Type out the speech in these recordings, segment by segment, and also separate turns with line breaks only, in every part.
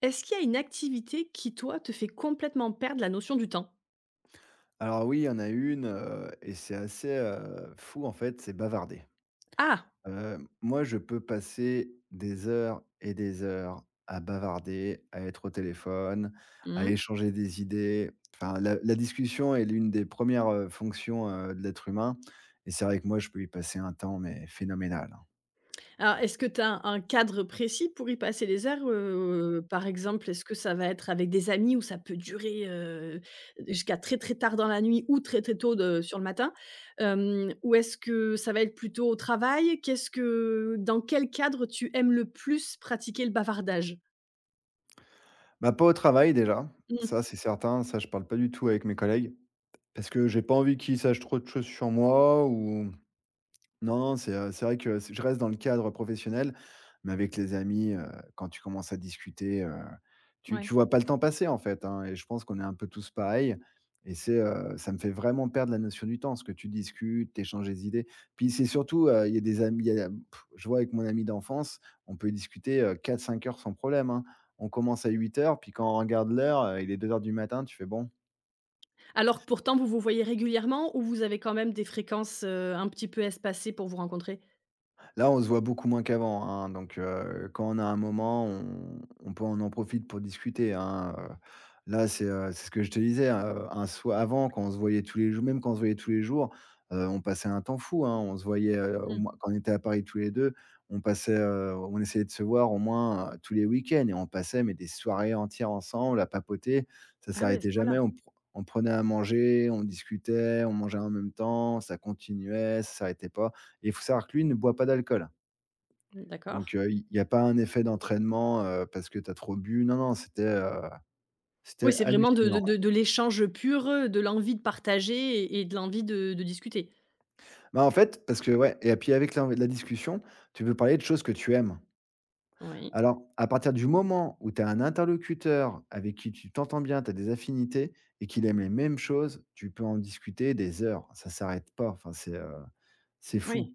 Est-ce qu'il y a une activité qui, toi, te fait complètement perdre la notion du temps?
Alors oui, il y en a une, et c'est assez, fou en fait, c'est bavarder.
Ah!
Moi je peux passer des heures et des heures à bavarder, à être au téléphone, à
Mmh.
échanger des idées. Enfin la discussion est l'une des premières res fonctions, de l'être humain, et c'est vrai que moi je peux y passer un temps mais phénoménal, hein.
Alors, est-ce que tu as un cadre précis pour y passer des heures? Par exemple, est-ce que ça va être avec des amis où ça peut durer, jusqu'à très, très tard dans la nuit ou très, très tôt de sur le matin? Ou est-ce que ça va être plutôt au travail? Qu'est-ce que dans quel cadre tu aimes le plus pratiquer le bavardage?
Bah, pas au travail déjà, ça
Mmh,
c'est certain, ça je parle pas du tout avec mes collègues, parce que j'ai pas envie qu'ils sachent trop de choses sur moi ou... Non, non, c'est vrai que c je reste dans le cadre professionnel, mais avec les amis, quand tu commences à discuter, tu
ouais.
vois pas le temps passer, en fait, hein, et je pense qu'on est un peu tous pareils, et ça me fait vraiment perdre la notion du temps, parce que tu discutes, t'échanges des idées. Puis c'est surtout, il y a des amis, il y a je vois avec mon ami d'enfance, on peut discuter, 4-5 heures sans problème, hein. On commence à huit heures, puis quand on regarde l'heure, il est deux heures du matin, tu fais: «Bon».
Alors que pourtant vous vous voyez régulièrement ou vous avez quand même des fréquences, un petit peu espacées pour vous rencontrer?
Là, on se voit beaucoup moins qu'avant, hein, donc quand on a un moment, on en profite pour discuter, hein. Là, c'est ce que je te disais, un soi avant quand on se voyait tous les jours, même quand on se voyait tous les jours, on passait un temps fou, hein. On se voyait, au
Mmh.
moins quand on était à Paris tous les 2. On essayait de se voir au moins, tous les week-ends, et on passait mais des soirées entières ensemble à papoter. Ça
Ah oui, à ce
s'arrêtait
point-là.
jamais, on prenait à manger, on discutait, on mangeait en même temps, ça continuait, ça s'arrêtait pas. Et il faut savoir que lui ne boit pas d'alcool.
Mmh,
Donc,
d'accord.
il y a pas un effet d'entraînement, parce que tu as trop bu. Non, non,
Oui,
c'était
c'est vraiment de de
hallucinant.
de de l'échange pur, de l'envie de partager et de l'envie de discuter?
Bah, en fait, parce que ouais, et puis avec la discussion, tu peux parler de choses que tu aimes.
Oui.
Alors, à partir du moment où tu as un interlocuteur avec qui tu t'entends bien, tu as des affinités et qu'il aime les mêmes choses, tu peux en discuter des heures. Ça s'arrête pas. Enfin, c'est
Oui.
fou.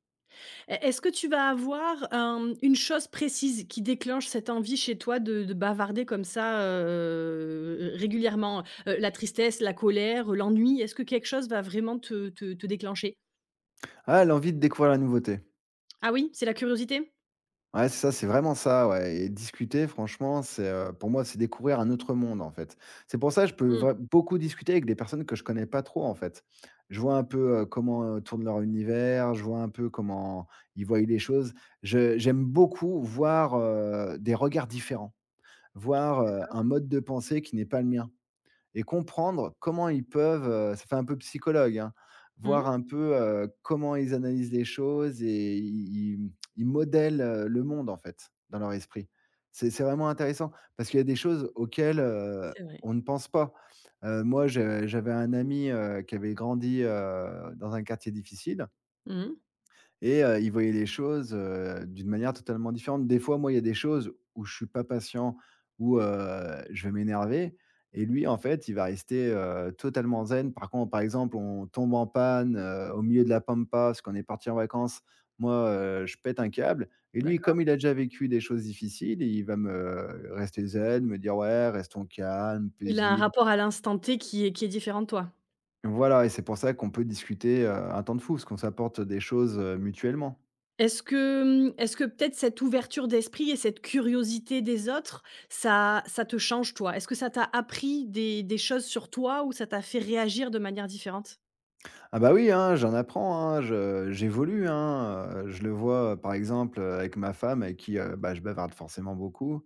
E est-ce que tu vas avoir, une chose précise qui déclenche cette envie chez toi de bavarder comme ça, régulièrement? La tristesse, la colère, l'ennui? Est-ce que quelque chose va vraiment te déclencher?
Ah, l'envie de découvrir la nouveauté.
Ah oui, c'est la curiosité?
Ouais, c'est ça, c'est vraiment ça, ouais, et discuter franchement, pour moi, c'est découvrir un autre monde, en fait. C'est pour ça que je peux
Mmh.
vrai beaucoup discuter avec des personnes que je connais pas trop, en fait. Je vois un peu, comment, tourne leur univers, je vois un peu comment ils voient les choses. Je j'aime beaucoup voir, des regards différents, voir,
D'accord.
un mode de pensée qui n'est pas le mien, et comprendre comment ils peuvent, ça fait un peu psychologue, hein,
Mmh.
voir un peu, comment ils analysent les choses et ils, mmh, ils modèlent, le monde en fait, dans leur esprit. C'est vraiment intéressant parce qu'il y a des choses auxquelles,
C'est vrai.
on ne pense pas. Moi, je j'avais un ami, qui avait grandi, dans un quartier difficile,
Mmh.
et il voyait les choses, d'une manière totalement différente. Des fois, moi, il y a des choses où je suis pas patient, où, je vais m'énerver, et lui, en fait, il va rester, totalement zen. Par contre, par exemple, on tombe en panne, au milieu de la pampa parce qu'on est parti en vacances. Moi, je pète un câble, et lui,
D'accord.
comme il a déjà vécu des choses difficiles, il va me rester zen, me dire: «Ouais, restons calmes,
Il a un
paisibles».
rapport à l'instant T qui est différent de toi?
Voilà, et c'est pour ça qu'on peut discuter, un temps de fou, parce qu'on s'apporte des choses, mutuellement.
Est-ce que peut-être cette ouverture d'esprit et cette curiosité des autres, ça te change toi? Est-ce que ça t'a appris des choses sur toi ou ça t'a fait réagir de manière différente?
Ah bah oui, hein, j'en apprends, hein, je j'évolue, hein, je le vois, par exemple, avec ma femme avec qui, bah, je bavarde forcément beaucoup,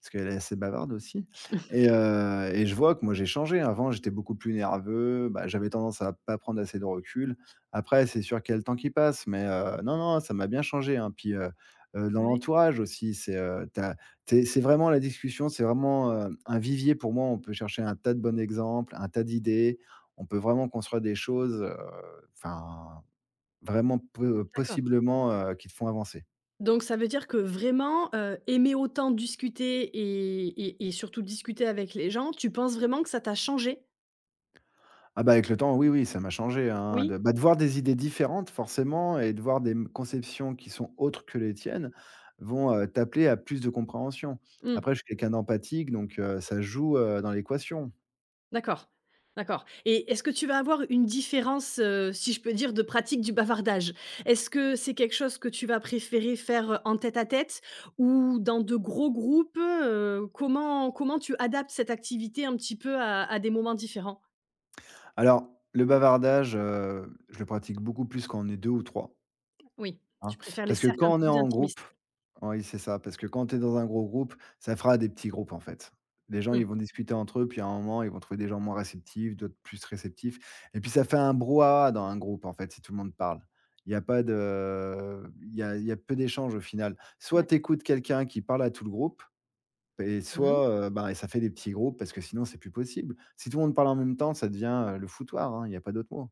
parce qu'elle est assez bavarde aussi, et je vois que moi j'ai changé. Avant, j'étais beaucoup plus nerveux, bah, j'avais tendance à pas prendre assez de recul. Après, c'est sûr qu'il y a le temps qui passe, mais non, non, ça m'a bien changé, hein. Dans
Oui,
l'entourage aussi, c'est, tu as c'est vraiment la discussion, c'est vraiment, un vivier pour moi. On peut chercher un tas de bons exemples, un tas d'idées. On peut vraiment construire des choses, enfin, vraiment peu
d'accord.
possiblement, qui te font avancer.
Donc ça veut dire que vraiment, aimer autant discuter et surtout discuter avec les gens, tu penses vraiment que ça t'a changé?
Ah bah, avec le temps, oui, oui, ça m'a changé, hein,
Oui.
de voir des idées différentes forcément, et de voir des m conceptions qui sont autres que les tiennes vont, t'appeler à plus de compréhension.
Mmh.
Après, je suis quelqu'un d'empathique, donc ça joue, dans l'équation.
D'accord, d'accord et est-ce que tu vas avoir une différence, si je peux dire, de pratique du bavardage? Est-ce que c'est quelque chose que tu vas préférer faire, en tête-à-tête ou dans de gros groupes? Comment tu adaptes cette activité un petit peu à des moments différents?
Alors, le bavardage, je le pratique beaucoup plus quand on est 2 ou 3,
Oui,
hein,
tu préfères les
parce que
cercles un
quand on
peu
est
plus
en groupe...
intimistes?
Oui, c'est ça, parce que quand tu es dans un gros groupe, ça fera des petits groupes, en fait. Les gens,
Mmh,
ils vont discuter entre eux, puis à un moment, ils vont trouver des gens moins réceptifs, d'autres plus réceptifs. Et puis, ça fait un brouhaha dans un groupe, en fait, si tout le monde parle. Il y a pas de. Il y a peu d'échanges au final. Soit tu
d'accord.
écoutes quelqu'un qui parle à tout le groupe, et
Mmh.
soit bah, ça fait des petits groupes, parce que sinon, c'est plus possible. Si tout le monde parle en même temps, ça devient le foutoir, hein, il n'y a pas d'autre mot.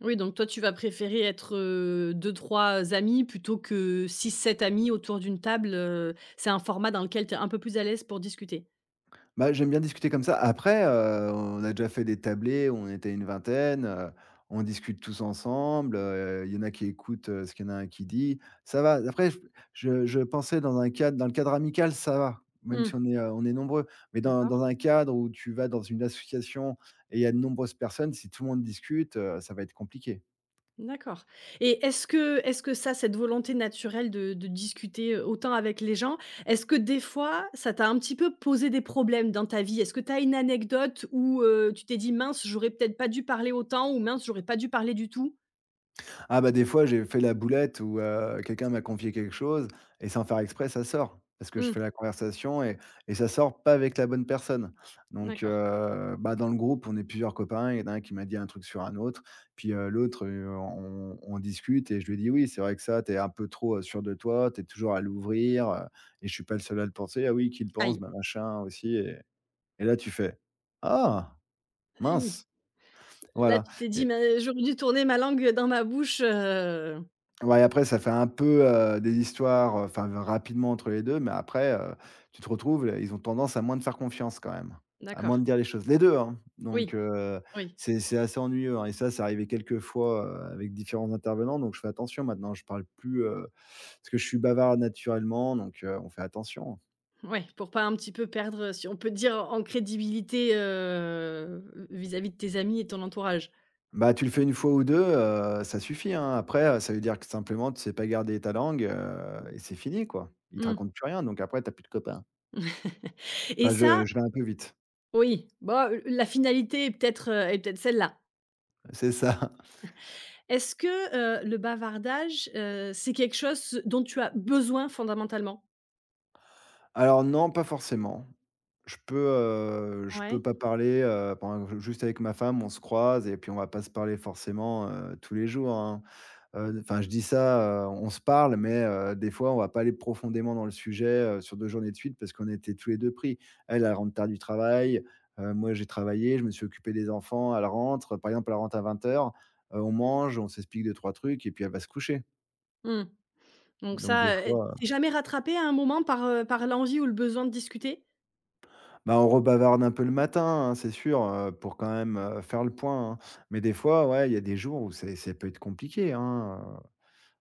Oui, donc toi, tu vas préférer être, 2-3 amis plutôt que six sept amis autour d'une table, c'est un format dans lequel tu es un peu plus à l'aise pour discuter?
Bah, j'aime bien discuter comme ça. Après, on a déjà fait des tablées, on était une vingtaine, on discute tous ensemble, il y en a qui écoutent, ce qu'il y en a un qui dit. Ça va, après je pensais dans le cadre amical, ça va, même
Mmh,
si on est nombreux. Mais dans
d'accord.
un cadre où tu vas dans une association et il y a de nombreuses personnes, si tout le monde discute, ça va être compliqué.
D'accord et est-ce que ça, cette volonté naturelle de discuter, autant avec les gens, est-ce que des fois, ça t'a un petit peu posé des problèmes dans ta vie? Est-ce que tu as une anecdote où, tu t'es dit: «Mince, j'aurais peut-être pas dû parler autant» ou «Mince, j'aurais pas dû parler du tout»?
Ah bah, des fois, j'ai fait la boulette où, quelqu'un m'a confié quelque chose et sans faire exprès, ça sort. Parce que je
Mmh,
fais la conversation, et ça sort pas avec la bonne personne. Donc,
d'accord.
bah, dans le groupe, on est plusieurs copains, il y en a un qui m'a dit un truc sur un autre, puis, l'autre, on discute et je lui dis: «Oui, c'est vrai que ça, t'es un peu trop, sûr de toi, t'es toujours à l'ouvrir, et je suis pas le seul à le penser. Ah oui, qui le pense?
Aïe,
Bah, machin aussi», et là, tu fais: «Ah
aïe,
mince!»
là,
Voilà.
tu t'es dit: «Mais j'aurais dû tourner ma langue dans ma bouche»,
Ouais, après, ça fait un peu, des histoires, enfin, rapidement entre les deux, mais après, ils ont tendance à moins te faire confiance quand même, à moins
d'accord.
de dire les choses. Les deux, hein,
Oui,
donc
oui,
c'est assez ennuyeux, hein, et ça, c'est arrivé quelques fois, avec différents intervenants, donc je fais attention maintenant. Je parle plus, parce que je suis bavard naturellement, donc on fait attention.
ouais, pour pas un petit peu perdre, si on peut dire, en crédibilité, vis-à-vis de tes amis et ton entourage.
Bah, tu le fais une fois ou deux, ça suffit, hein. Après, ça veut dire que simplement tu sais pas garder ta langue, et c'est fini, quoi. Ils te
Mmh.
racontent plus rien, donc après, t'as plus de copains.
Et
Bah,
ça,
je vais un peu vite.
oui. Bon, la finalité est peut-être, est peut-être celle-là.
C'est ça.
Est-ce que, le bavardage, c'est quelque chose dont tu as besoin fondamentalement?
Alors non, pas forcément. Je peux
Ouais.
pas parler, pendant que juste avec ma femme, on se croise et puis on va pas se parler forcément, tous les jours, hein. Enfin, je dis ça, on se parle, mais des fois, on va pas aller profondément dans le sujet, sur 2 journées de suite parce qu'on était tous les 2 pris. Elle, elle rentre tard du travail, moi, j'ai travaillé, je me suis occupé des enfants, elle rentre, par exemple, elle rentre à 20:00 heures. On mange, on s'explique 2 trois trucs et puis elle va se coucher.
Mmh. Donc
Donc des
ça,
fois,
tu jamais rattrapé à un moment par l'envie ou le besoin de discuter?
Bah, on rebavarde un peu le matin, hein, c'est sûr, pour quand même, faire le point, hein. Mais des fois, ouais, il y a des jours où c'est ça peut être compliqué, hein,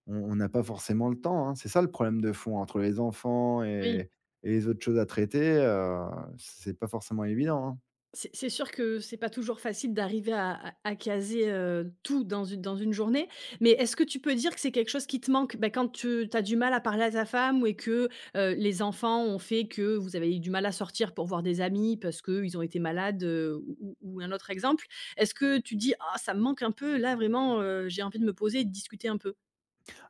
on n'a pas forcément le temps, hein. C'est ça le problème de fond entre les enfants,
Oui.
et les autres choses à traiter, c'est pas forcément évident, hein.
C'est sûr que c'est pas toujours facile d'arriver à caser, tout dans une journée, mais est-ce que tu peux dire que c'est quelque chose qui te manque? Bah, quand tu as du mal à parler à ta femme ou et que, les enfants ont fait que vous avez eu du mal à sortir pour voir des amis parce qu'ils ont été malades, ou un autre exemple. Est-ce que tu dis: «Ah ça me manque un peu là vraiment, j'ai envie de me poser et de discuter un peu»?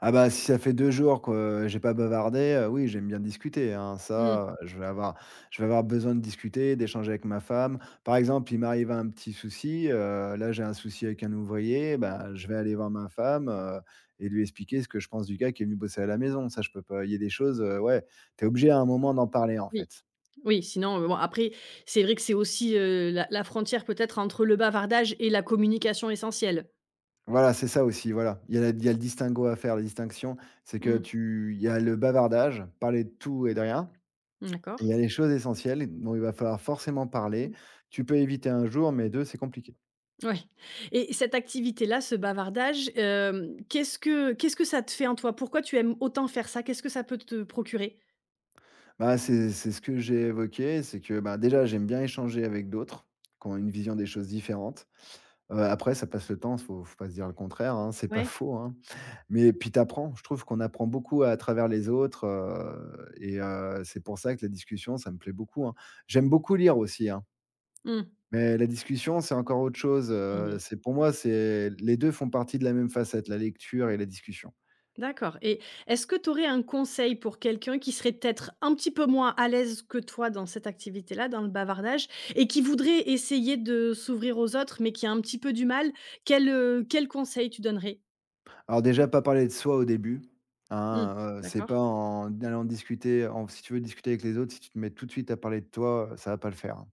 Ah bah, si ça fait 2 jours que j'ai pas bavardé, oui, j'aime bien discuter, hein.
Mmh,
Ça, je vais avoir besoin de discuter, d'échanger avec ma femme. Par exemple, il m'arrive un petit souci, là, j'ai un souci avec un ouvrier, bah, je vais aller voir ma femme, et lui expliquer ce que je pense du gars qui est venu bosser à la maison. Ça, je peux pas il y a des choses, ouais, tu es obligé à un moment d'en parler, en
oui,
fait.
oui, sinon, bon après c'est vrai que c'est aussi, la frontière peut-être entre le bavardage et la communication essentielle.
Voilà, c'est ça aussi, voilà. Il y a le distinguo à faire, la distinction, c'est que
Mmh,
tu il y a le bavardage, parler de tout et de rien. Il
d'accord.
y a les choses essentielles dont il va falloir forcément parler.
Mmh.
Tu peux éviter un jour, mais 2, c'est compliqué.
Ouais et cette activité-là, ce bavardage, hem, qu'est-ce que ça te fait en toi? Pourquoi tu aimes autant faire ça? Qu'est-ce que ça peut te procurer?
Bah, c'est ce que j'ai évoqué, c'est que, bah, déjà, j'aime bien échanger avec d'autres qui ont une vision des choses différentes. Après, ça passe le temps, faut pas se dire le contraire, hein, c'est pas
Ouais.
faux, hein. Mais puis t'apprends, je trouve qu'on apprend beaucoup à travers les autres, et c'est pour ça que la discussion, ça me plaît beaucoup, hein. J'aime beaucoup lire aussi, hein,
Mmh.
mais la discussion, c'est encore autre chose,
Mmh.
c'est pour moi, c'est les 2 font partie de la même facette, la lecture et la discussion.
D'accord et est-ce que tu aurais un conseil pour quelqu'un qui serait peut-être un petit peu moins à l'aise que toi dans cette activité-là, dans le bavardage et qui voudrait essayer de s'ouvrir aux autres, mais qui a un petit peu du mal? Quel conseil tu donnerais?
Alors déjà, pas parler de soi au début,
Mmh.
hein, c'est
D'accord,
pas en allant discuter en si tu veux discuter avec les autres, si tu te mets tout de suite à parler de toi, ça va pas le faire, hein.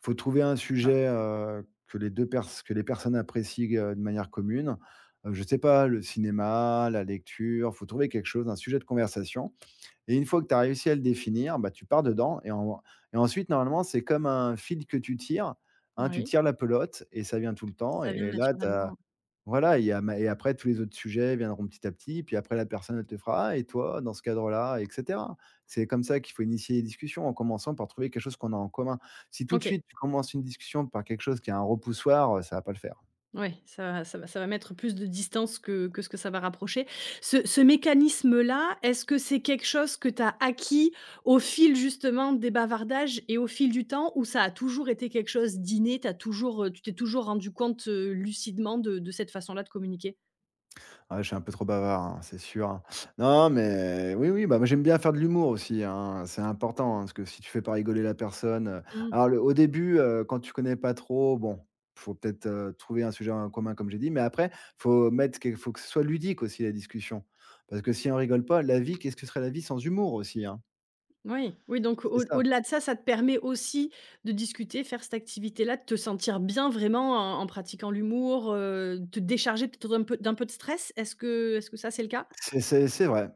Faut trouver un
d'accord.
sujet, que les personnes apprécient, de manière commune. Je sais pas, le cinéma, la lecture, faut trouver quelque chose, un sujet de conversation et une fois que tu as réussi à le définir, bah, tu pars dedans et ensuite normalement, c'est comme un fil que tu tires, hein, tu
Oui,
tires la pelote et ça vient tout le temps
ça vient
et là tu
naturellement.
voilà et après tous les autres sujets viendront petit à petit, puis après la personne elle te fera: «Ah et toi dans ce cadre-là?» et cetera. C'est comme ça qu'il faut initier les discussions, en commençant par trouver quelque chose qu'on a en commun. Si tout de
OK.
suite tu commences une discussion par quelque chose qui a un repoussoir, ça va pas le faire.
Ouais, ça va mettre plus de distance que ce que ça va rapprocher. Ce mécanisme-là, est-ce que c'est quelque chose que tu as acquis au fil justement des bavardages et au fil du temps ou ça a toujours été quelque chose d'inné? Tu t'es toujours rendu compte, lucidement de cette façon-là de communiquer?
Ouais, je suis un peu trop bavard, hein, c'est sûr, hein. Non, mais oui, oui, bah, moi, j'aime bien faire de l'humour aussi, hein, c'est important, hein, parce que si tu fais pas rigoler la personne,
Mmh.
alors le au début, quand tu connais pas trop, bon, faut peut-être, trouver un sujet en commun comme j'ai dit, mais après, faut que ce soit ludique aussi la discussion. Parce que si on rigole pas, la vie, qu'est-ce que serait la vie sans humour aussi, hein?
Oui, oui donc
C'est
au
ça.
au-delà de ça, ça te permet aussi de discuter, faire cette activité-là, de te sentir bien vraiment en pratiquant l'humour, te décharger peut-être d'un peu de stress. Est-ce que ça, c'est le cas?
C'est vrai.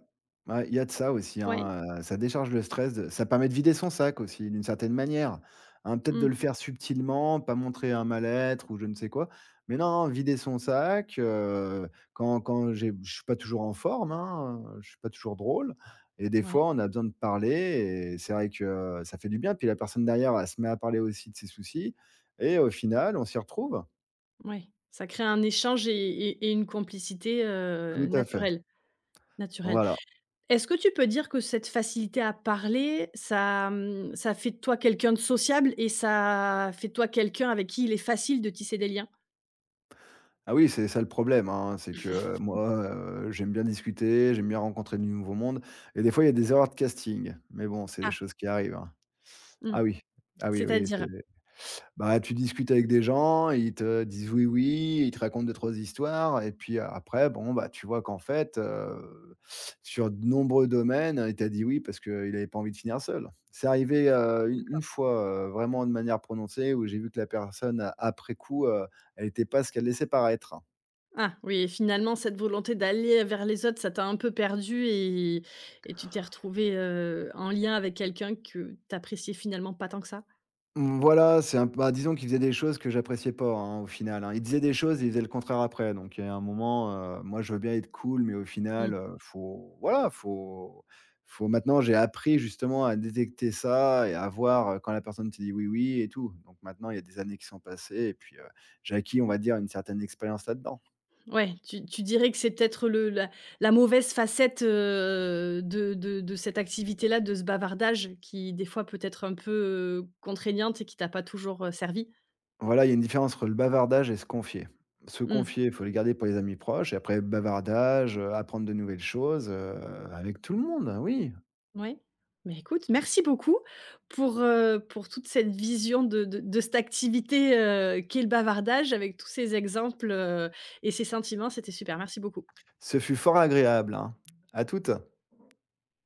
Ouais, il y a de ça aussi,
Oui.
hein, ça décharge le stress de ça permet de vider son sac aussi d'une certaine manière, hein, peut-être de le faire subtilement, pas montrer un mal-être ou je ne sais quoi, mais non, non, vider son sac, quand j'ai je suis pas toujours en forme, hein, je suis pas toujours drôle et des
Ouais,
fois, on a besoin de parler et c'est vrai que ça fait du bien. Puis la personne derrière, elle se met à parler aussi de ses soucis et au final, on s'y retrouve.
ouais, ça crée un échange et une complicité,
Tout à fait.
naturelle, naturelle.
Voilà.
Est-ce que tu peux dire que cette facilité à parler, ça fait de toi quelqu'un de sociable et ça fait de toi quelqu'un avec qui il est facile de tisser des liens?
Ah oui, c'est ça le problème, hein, c'est que moi, j'aime bien discuter, j'aime bien rencontrer du nouveau monde et des fois, il y a des erreurs de casting, mais bon, c'est des
Ah,
choses qui arrivent, hein.
mmh,
Ah oui, ah oui, oui, c'est
c'est-à-dire?
bah, tu discutes avec des gens, ils te disent: «Oui, oui», ils te racontent 2-3 histoires et puis après, bon, bah, tu vois qu'en fait, sur de nombreux domaines, il t'a dit oui parce qu'il avait pas envie de finir seul. C'est arrivé, u une fois, vraiment de manière prononcée où j'ai vu que la personne après coup, elle était pas ce qu'elle laissait paraître, hein.
Ah oui, finalement cette volonté d'aller vers les autres, ça t'a un peu perdu et tu t'es retrouvé en lien avec quelqu'un que tu appréciais finalement pas tant que ça?
Mmh, voilà, c'est un bah, disons qu'il faisait des choses que j'appréciais pas, hein, au final, hein. Il disait des choses il faisait le contraire après, donc il y a un moment, moi je veux bien être cool, mais au
Mmh.
final, faut voilà, faut maintenant j'ai appris justement à détecter ça et à voir, quand la personne te dit: «Oui, oui» et tout. Donc maintenant, il y a des années qui sont passées et puis, j'ai acquis, on va dire, une certaine expérience là-dedans.
Ouais, tu dirais que c'est peut-être le la la mauvaise facette, de cette activité-là, de ce bavardage qui, des fois, peut être un peu, contraignante et qui t'a pas toujours, servi?
Voilà, il y a une différence entre le bavardage et se confier. Se
Mmh,
confier, il faut le garder pour les amis proches et après bavardage, apprendre de nouvelles choses, avec tout le monde, oui.
ouais. Mais écoute, merci beaucoup pour toute cette vision de cette activité, qu'est le bavardage avec tous ces exemples, et ces sentiments. C'était super, merci beaucoup.
Ce fut fort agréable, hein. À toutes.